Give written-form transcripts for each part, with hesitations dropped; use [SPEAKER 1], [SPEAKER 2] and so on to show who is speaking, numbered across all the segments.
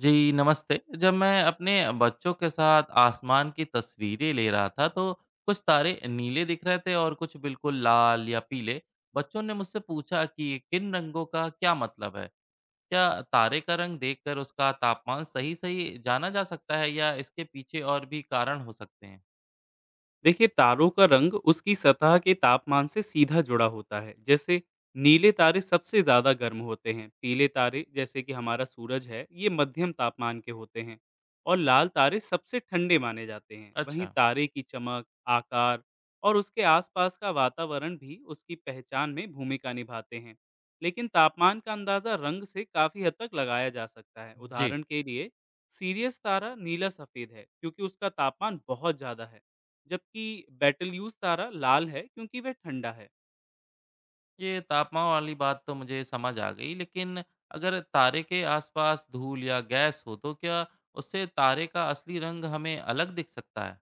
[SPEAKER 1] जी नमस्ते। जब मैं अपने बच्चों के साथ आसमान की तस्वीरें ले रहा था तो कुछ तारे नीले दिख रहे थे और कुछ बिल्कुल लाल या पीले। बच्चों ने मुझसे पूछा कि ये किन रंगों का क्या मतलब है। क्या तारे का रंग देखकर उसका तापमान सही सही जाना जा सकता है या इसके पीछे और भी कारण हो सकते हैं?
[SPEAKER 2] देखिए, तारों का रंग उसकी सतह के तापमान से सीधा जुड़ा होता है। जैसे नीले तारे सबसे ज्यादा गर्म होते हैं, पीले तारे जैसे कि हमारा सूरज है ये मध्यम तापमान के होते हैं, और लाल तारे सबसे ठंडे माने जाते हैं। वहीं
[SPEAKER 1] अच्छा।
[SPEAKER 2] तारे की चमक, आकार और उसके आसपास का वातावरण भी उसकी पहचान में भूमिका निभाते हैं। लेकिन तापमान का अंदाजा रंग से काफी हद तक लगाया जा सकता है।
[SPEAKER 1] जी।
[SPEAKER 2] उदाहरण के लिए सीरियस तारा नीला सफेद है क्योंकि उसका तापमान बहुत ज्यादा है, जबकि बेटल्यूज तारा लाल है क्योंकि वह ठंडा है।
[SPEAKER 1] ये तापमान वाली बात तो मुझे समझ आ गई, लेकिन अगर तारे के आसपास धूल या गैस हो तो क्या उससे तारे का असली रंग हमें अलग दिख सकता है?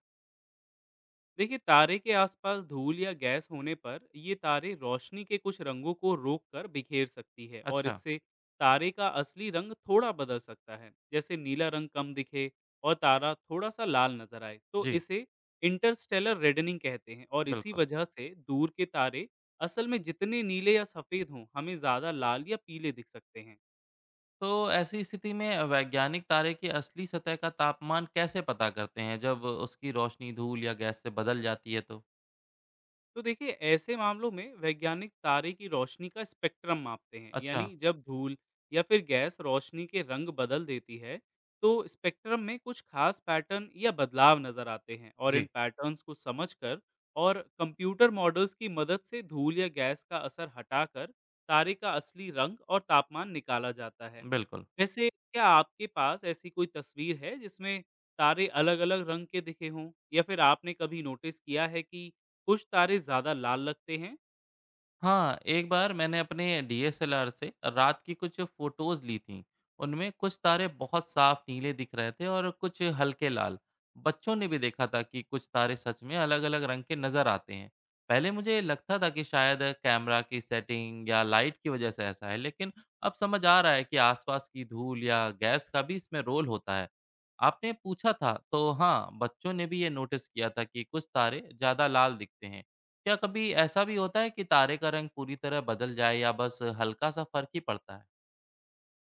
[SPEAKER 2] देखिए, तारे के आसपास धूल या गैस होने पर ये तारे रोशनी के कुछ रंगों को रोककर बिखेर सकती है, और
[SPEAKER 1] अच्छा,
[SPEAKER 2] इससे तारे का असली रंग थोड़ा बदल सकता है। जैसे नीला रंग कम दिखे और तारा थोड़ा सा लाल नजर आए, तो
[SPEAKER 1] जी,
[SPEAKER 2] इसे इंटरस्टेलर रेडनिंग कहते हैं। और इसी
[SPEAKER 1] बिल्कुल।
[SPEAKER 2] वजह से दूर के तारे असल में जितने नीले या सफेद हों हमें ज्यादा लाल या पीले दिख सकते हैं।
[SPEAKER 1] तो ऐसी स्थिति में वैज्ञानिक तारे की असली सतह का तापमान कैसे पता करते हैं, जब उसकी रोशनी धूल या गैस से बदल जाती है तो?
[SPEAKER 2] तो देखिए, ऐसे मामलों में वैज्ञानिक तारे की रोशनी का स्पेक्ट्रम मापते हैं। यानी
[SPEAKER 1] अच्छा,
[SPEAKER 2] जब धूल या फिर गैस रोशनी के रंग बदल देती है तो स्पेक्ट्रम में कुछ खास पैटर्न या बदलाव नजर आते हैं, और इन
[SPEAKER 1] जी,
[SPEAKER 2] पैटर्न्स को समझकर और कंप्यूटर मॉडल्स की मदद से धूल या गैस का असर हटाकर तारे का असली रंग और तापमान निकाला जाता है।
[SPEAKER 1] बिल्कुल।
[SPEAKER 2] वैसे क्या आपके पास ऐसी कोई तस्वीर है जिसमें तारे अलग अलग रंग के दिखे हों, या फिर आपने कभी नोटिस किया है कि कुछ तारे ज्यादा लाल लगते हैं?
[SPEAKER 1] हाँ, एक बार मैंने अपने डीएसएलआर से रात की कुछ फ़ोटोज़ ली थीं। उनमें कुछ तारे बहुत साफ़ नीले दिख रहे थे और कुछ हल्के लाल। बच्चों ने भी देखा था कि कुछ तारे सच में अलग-अलग रंग के नज़र आते हैं। पहले मुझे लगता था कि शायद कैमरा की सेटिंग या लाइट की वज़ह से ऐसा है, लेकिन अब समझ आ रहा है कि आसपास की धूल या गैस का भी इसमें रोल होता है। आपने पूछा था, तो हाँ, बच्चों ने भी ये नोटिस किया था कि कुछ तारे ज़्यादा लाल दिखते हैं। क्या कभी ऐसा भी होता है कि तारे का रंग पूरी तरह बदल जाए या बस हल्का-सा फ़र्क ही पड़ता है?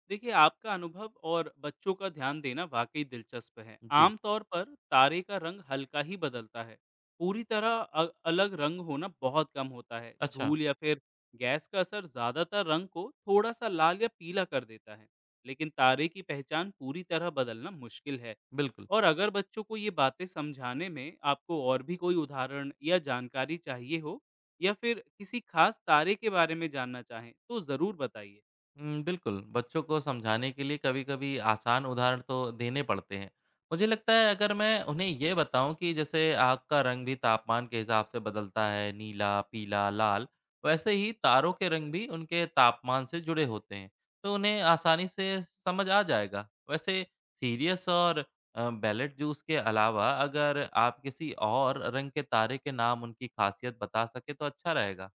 [SPEAKER 2] देखिए, आपका अनुभव और बच्चों का ध्यान देना वाकई दिलचस्प है।
[SPEAKER 1] जी,
[SPEAKER 2] आमतौर पर तारे का रंग हल्का ही बदलता है, पूरी तरह अलग रंग होना बहुत कम होता है।
[SPEAKER 1] अच्छा,
[SPEAKER 2] धूल या फिर गैस का असर ज्यादातर रंग को थोड़ा सा लाल या पीला कर देता है, लेकिन तारे की पहचान पूरी तरह बदलना मुश्किल है।
[SPEAKER 1] बिल्कुल।
[SPEAKER 2] और अगर बच्चों को ये बातें समझाने में आपको और भी कोई उदाहरण या जानकारी चाहिए हो, या फिर किसी खास तारे के बारे में जानना चाहें तो ज़रूर बताइए।
[SPEAKER 1] हुँ, बिल्कुल, बच्चों को समझाने के लिए कभी-कभी आसान उदाहरण तो देने पड़ते हैं। मुझे लगता है अगर मैं उन्हें ये बताऊँ कि जैसे आग का रंग भी तापमान के हिसाब से बदलता है, नीला, पीला, लाल, वैसे ही तारों के रंग भी उनके तापमान से जुड़े होते हैं, तो उन्हें आसानी से समझ आ जाएगा। वैसे सीरियस और बेलेट जूस के अलावा अगर आप किसी और रंग के तारे के नाम उनकी खासियत बता सकें तो अच्छा रहेगा।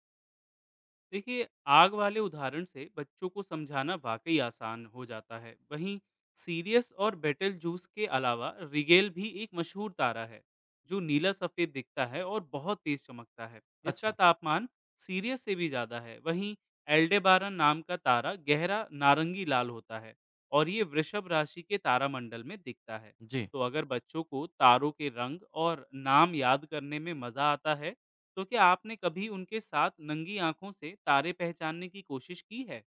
[SPEAKER 2] देखिए, आग वाले उदाहरण से बच्चों को समझाना वाकई आसान हो जाता है। वहीं सीरियस और बेटल जूस के अलावा रिगेल भी एक मशहूर तारा है, जो नीला सफ़ेद दिखता है और बहुत तेज चमकता है। इसका
[SPEAKER 1] अच्छा,
[SPEAKER 2] तापमान सीरियस से भी ज़्यादा है। वहीं एल्डेबारन नाम का तारा गहरा नारंगी लाल होता है, और ये वृषभ राशि के तारामंडल में दिखता है।
[SPEAKER 1] जी।
[SPEAKER 2] तो अगर बच्चों को तारों के रंग और नाम याद करने में मज़ा आता है, तो क्या आपने कभी उनके साथ नंगी आंखों से तारे पहचानने की कोशिश की है?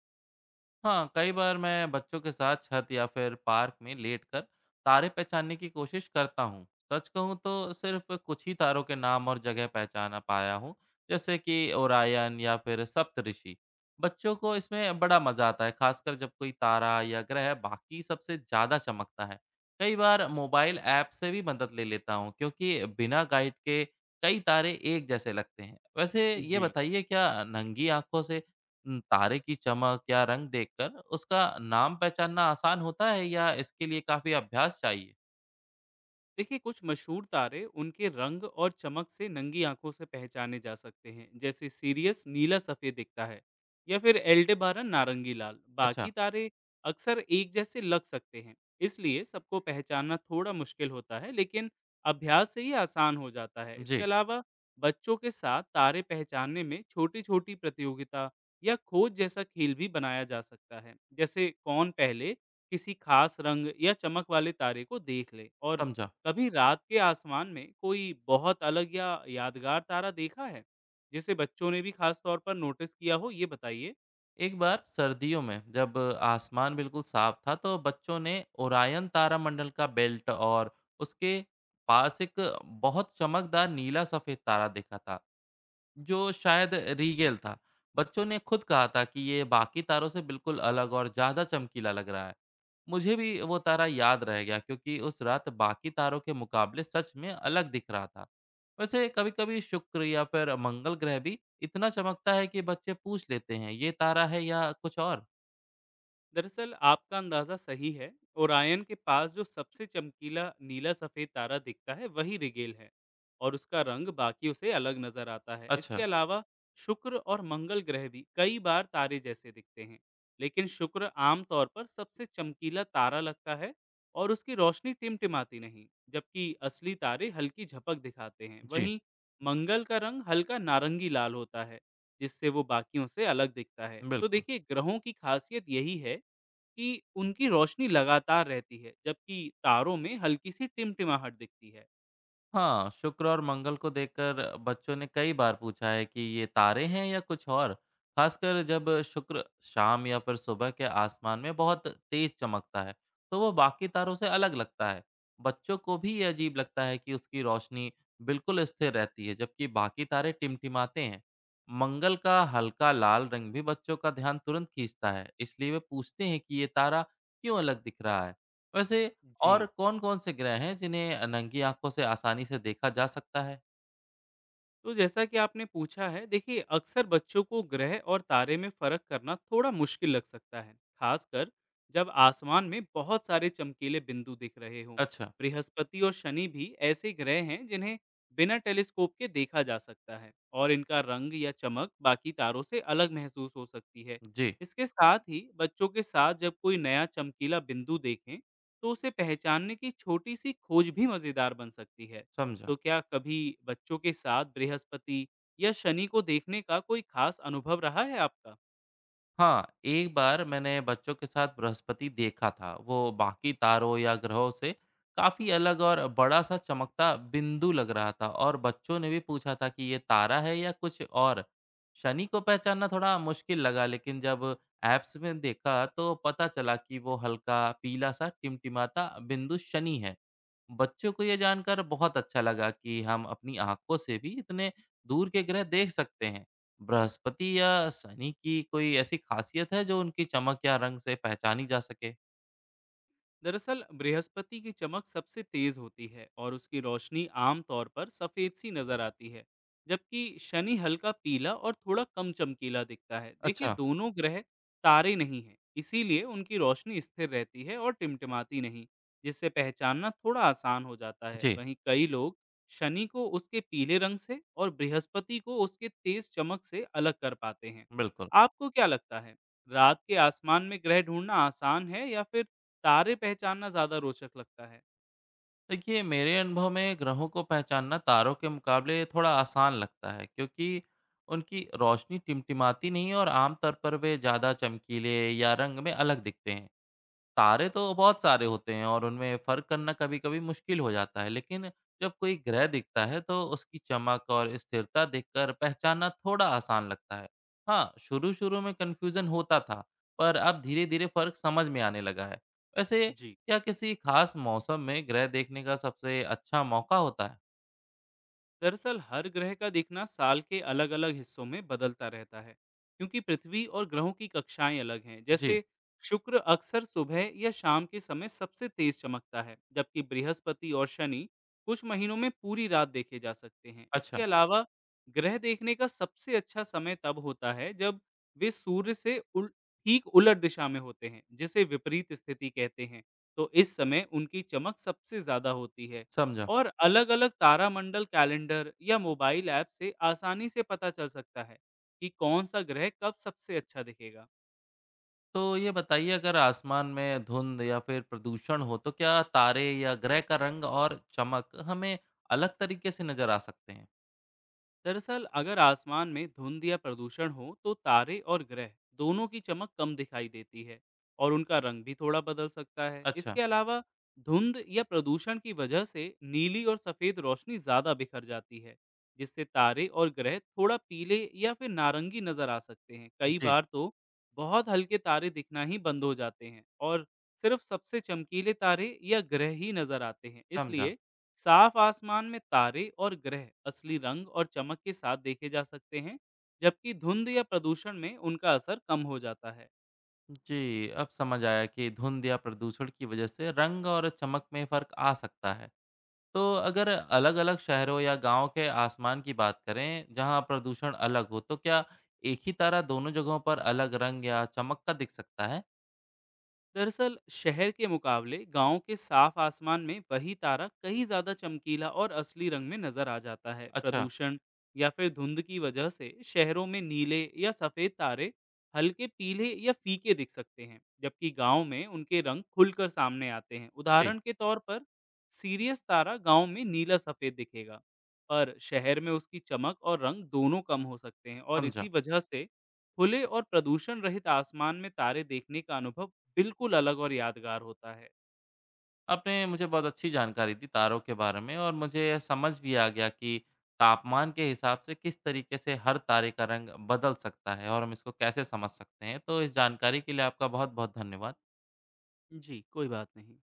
[SPEAKER 1] हाँ, कई बार मैं बच्चों के साथ छत या फिर पार्क में लेटकर तारे पहचानने की कोशिश करता हूँ। सच कहूँ तो सिर्फ कुछ ही तारों के नाम और जगह पहचाना पाया हूँ, जैसे कि ओरायन या फिर सप्तऋषि। बच्चों को इसमें बड़ा मजा आता है, खासकर जब कोई तारा या ग्रह बाकी सबसे ज्यादा चमकता है। कई बार मोबाइल ऐप से भी मदद ले लेता हूँ क्योंकि बिना गाइड के कई तारे एक जैसे लगते हैं। वैसे ये
[SPEAKER 2] जी।
[SPEAKER 1] बताइए, क्या नंगी आंखों से तारे की चमक या रंग देखकर उसका नाम पहचानना आसान होता है या इसके लिए काफ़ी अभ्यास चाहिए?
[SPEAKER 2] देखिए, कुछ मशहूर तारे उनके रंग और चमक से नंगी आंखों से पहचाने जा सकते हैं। जैसे सीरियस नीला सफेद दिखता है, या फिर एल्डे नारंगी लाल।
[SPEAKER 1] अच्छा,
[SPEAKER 2] बाकी तारे अक्सर एक जैसे लग सकते हैं, इसलिए सबको पहचानना थोड़ा मुश्किल होता है, लेकिन अभ्यास से ही आसान हो जाता है। इसके
[SPEAKER 1] जी,
[SPEAKER 2] अलावा बच्चों के साथ तारे पहचानने में छोटी छोटी प्रतियोगिता या खोज जैसा खेल भी बनाया जा सकता है, जैसे कौन पहले किसी खास रंग या चमक वाले तारे को देख ले। और
[SPEAKER 1] समझा।
[SPEAKER 2] कभी रात के आसमान में कोई बहुत अलग या यादगार तारा देखा है जिसे बच्चों ने भी खास तौर पर नोटिस किया हो, ये बताइए।
[SPEAKER 1] एक बार सर्दियों में जब आसमान बिल्कुल साफ था तो बच्चों ने ओरायन तारामंडल का बेल्ट और उसके पास एक बहुत चमकदार नीला-सफ़ेद तारा देखा था, जो शायद रीगेल था। बच्चों ने खुद कहा था कि ये बाकी तारों से बिल्कुल अलग और ज़्यादा चमकीला लग रहा है। मुझे भी वो तारा याद रह गया क्योंकि उस रात बाकी तारों के मुकाबले सच में अलग दिख रहा था। वैसे कभी कभी शुक्र या फिर मंगल ग्रह भी इतना चमकता है कि बच्चे पूछ लेते हैं ये तारा है या कुछ और।
[SPEAKER 2] दरअसल आपका अंदाजा सही है, ओरायन के पास जो सबसे चमकीला नीला सफेद तारा दिखता है वही रिगेल है, और उसका रंग बाकियों से अलग नजर आता है। इसके
[SPEAKER 1] अच्छा।
[SPEAKER 2] अलावा शुक्र और मंगल ग्रह भी कई बार तारे जैसे दिखते हैं, लेकिन शुक्र आमतौर पर सबसे चमकीला तारा लगता है और उसकी रोशनी टिमटिमाती नहीं, जबकि असली तारे हल्की झपक दिखाते हैं।
[SPEAKER 1] जी।
[SPEAKER 2] वहीं मंगल का रंग हल्का नारंगी लाल होता है, जिससे वो बाकियों से अलग दिखता है। तो
[SPEAKER 1] बिल्कुल।
[SPEAKER 2] देखिए, ग्रहों की खासियत यही है कि उनकी रोशनी लगातार रहती है, जबकि तारों में हल्की-सी टिमटिमाहट दिखती है।
[SPEAKER 1] हाँ, शुक्र और मंगल को देखकर बच्चों ने कई बार पूछा है कि ये तारे हैं या कुछ और, खासकर जब शुक्र शाम या फिर सुबह के आसमान में बहुत तेज चमकता है, तो वो बाकी तारों से अलग लगता है। बच्चों को भी ये अजीब लगता है कि उसकी रोशनी बिल्कुल स्थिर रहती है, जबकि बाकी तारे टिमटिमाते हैं। मंगल का हल्का लाल रंग भी बच्चों का ध्यान तुरंत खींचता है, इसलिए वे पूछते हैं कि ये तारा क्यों अलग दिख रहा है। वैसे और
[SPEAKER 2] जी।
[SPEAKER 1] कौन-कौन से ग्रह हैं जिन्हें नंगी आँखों से आसानी से देखा जा सकता है?
[SPEAKER 2] तो जैसा कि आपने पूछा है, देखिए अक्सर बच्चों को ग्रह और तारे में फर्क करना थोड़ा मुश्किल लग सकता है, खासकर जब आसमान में बहुत सारे चमकीले बिंदु दिख रहे हों।
[SPEAKER 1] अच्छा,
[SPEAKER 2] बृहस्पति और शनि भी ऐसे ग्रह हैं जिन्हें बिना टेलीस्कोप के देखा जा सकता है, और इनका रंग या चमक बाकी तारों से अलग महसूस हो सकती है।
[SPEAKER 1] जी,
[SPEAKER 2] इसके साथ ही बच्चों के साथ जब कोई नया चमकीला बिंदु देखें, तो उसे पहचानने की छोटी सी खोज भी मजेदार बन सकती है।
[SPEAKER 1] समझा।
[SPEAKER 2] तो क्या कभी बच्चों के साथ बृहस्पति या शनि को देखने का कोई खास अनुभव रहा है आपका?
[SPEAKER 1] हाँ, एक बार मैंने बच्चों के साथ बृहस्पति देखा था। वो बाकी तारों या ग्रहों से काफ़ी अलग और बड़ा-सा चमकता बिंदु लग रहा था, और बच्चों ने भी पूछा था कि ये तारा है या कुछ और? शनि को पहचानना थोड़ा मुश्किल लगा, लेकिन जब ऐप्स में देखा तो पता चला कि वो हल्का पीला-सा टिमटिमाता बिंदु शनि है। बच्चों को ये जानकर बहुत अच्छा लगा कि हम अपनी आँखों से भी इतने दूर के ग्रह देख सकते हैं। बृहस्पति या शनि की कोई ऐसी खासियत है जो उनकी चमक या रंग से पहचानी जा सके?
[SPEAKER 2] दरअसल बृहस्पति की चमक सबसे तेज होती है और उसकी रोशनी आमतौर पर सफेद सी नजर आती है, जबकि शनि हल्का पीला और थोड़ा कम चमकीला दिखता है। देखिए,
[SPEAKER 1] अच्छा,
[SPEAKER 2] दोनों ग्रह तारे नहीं हैं, इसीलिए उनकी रोशनी स्थिर रहती है और टिमटिमाती नहीं, जिससे पहचानना थोड़ा आसान हो जाता है।
[SPEAKER 1] जी,
[SPEAKER 2] वहीं कई लोग शनि को उसके पीले रंग से और बृहस्पति को उसके तेज चमक से अलग कर पाते हैं।
[SPEAKER 1] बिल्कुल।
[SPEAKER 2] आपको क्या लगता है, रात के आसमान में ग्रह ढूंढना आसान है, या फिर तारे पहचानना ज़्यादा रोचक लगता है?
[SPEAKER 1] देखिए, मेरे अनुभव में ग्रहों को पहचानना तारों के मुकाबले थोड़ा आसान लगता है क्योंकि उनकी रोशनी टिमटिमाती नहीं और आमतौर पर वे ज़्यादा चमकीले या रंग में अलग दिखते हैं। तारे तो बहुत सारे होते हैं और उनमें फ़र्क करना कभी-कभी मुश्किल हो जाता है, लेकिन जब कोई ग्रह दिखता है तो उसकी चमक और स्थिरता देखकर पहचानना थोड़ा आसान लगता है। हाँ, शुरू-शुरू में कन्फ्यूज़न होता था, पर अब धीरे-धीरे फ़र्क समझ में आने लगा है। वैसे
[SPEAKER 2] जी।
[SPEAKER 1] क्या किसी खास मौसम में ग्रह देखने का सबसे अच्छा मौका होता है?
[SPEAKER 2] दरअसल हर ग्रह का दिखना साल के अलग अलग हिस्सों में बदलता रहता है, क्योंकि पृथ्वी और ग्रहों की कक्षाएं अलग हैं।
[SPEAKER 1] जी,
[SPEAKER 2] जैसे शुक्र अक्सर सुबह या शाम के समय सबसे तेज चमकता है, जबकि बृहस्पति और शनि कुछ महीनों में पूरी रात देखे जा सकते हैं। इसके
[SPEAKER 1] अच्छा,
[SPEAKER 2] अलावा ग्रह देखने का सबसे अच्छा समय तब होता है जब वे सूर्य से उल ठीक उलट दिशा में होते हैं, जिसे विपरीत स्थिति कहते हैं। तो इस समय उनकी चमक सबसे ज्यादा होती है।
[SPEAKER 1] समझा।
[SPEAKER 2] और अलग-अलग तारामंडल कैलेंडर या मोबाइल ऐप से आसानी से पता चल सकता है कि कौन सा ग्रह कब सबसे अच्छा दिखेगा।
[SPEAKER 1] तो ये बताइए, अगर आसमान में धुंध या फिर प्रदूषण हो तो क्या तारे या ग्रह का रंग और चमक हमें अलग तरीके से नजर आ सकते हैं?
[SPEAKER 2] दरअसल अगर आसमान में धुंध या प्रदूषण हो, तो तारे और ग्रह दोनों की चमक कम दिखाई देती है और उनका रंग भी थोड़ा बदल सकता है।
[SPEAKER 1] अच्छा,
[SPEAKER 2] इसके अलावा धुंध या प्रदूषण की वजह से नीली और सफेद रोशनी ज्यादा बिखर जाती है, जिससे तारे और ग्रह थोड़ा पीले या फिर नारंगी नजर आ सकते हैं। कई
[SPEAKER 1] जी,
[SPEAKER 2] बार तो बहुत हल्के तारे दिखना ही बंद हो जाते हैं, और सिर्फ सबसे चमकीले तारे या ग्रह ही नजर आते हैं।
[SPEAKER 1] समझा।
[SPEAKER 2] इसलिए साफ आसमान में तारे और ग्रह असली रंग और चमक के साथ देखे जा सकते हैं, जबकि धुंध या प्रदूषण में उनका असर कम हो जाता है।
[SPEAKER 1] जी, अब समझ आया कि धुंध या प्रदूषण की वजह से रंग और चमक में फर्क आ सकता है। तो अगर अलग-अलग शहरों या गांव के आसमान की बात करें, जहां प्रदूषण अलग हो, तो क्या एक ही तारा दोनों जगहों पर अलग रंग या चमक का दिख सकता है?
[SPEAKER 2] दरअसल शहर के मुकाबले गांव के साफ आसमान में वही तारा कहीं ज्यादा चमकीला और असली रंग में नजर आ जाता है।
[SPEAKER 1] अच्छा,
[SPEAKER 2] प्रदूषण या फिर धुंध की वजह से शहरों में नीले या सफेद तारे हल्के पीले या फीके दिख सकते हैं, जबकि गांव में उनके रंग खुलकर सामने आते हैं।
[SPEAKER 1] जी,
[SPEAKER 2] उदाहरण के तौर पर सीरियस तारा गांव में नीला सफेद दिखेगा, पर शहर में उसकी चमक और रंग दोनों कम हो सकते हैं। और
[SPEAKER 1] समझा।
[SPEAKER 2] इसी वजह से खुले और प्रदूषण रहित आसमान में तारे देखने का अनुभव बिल्कुल अलग और यादगार होता है।
[SPEAKER 1] आपने मुझे बहुत अच्छी जानकारी दी तारों के बारे में, और मुझे यह समझ भी आ गया कि तापमान के हिसाब से किस तरीके से हर तारे का रंग बदल सकता है और हम इसको कैसे समझ सकते हैं। तो इस जानकारी के लिए आपका बहुत बहुत धन्यवाद।
[SPEAKER 2] जी, कोई बात नहीं।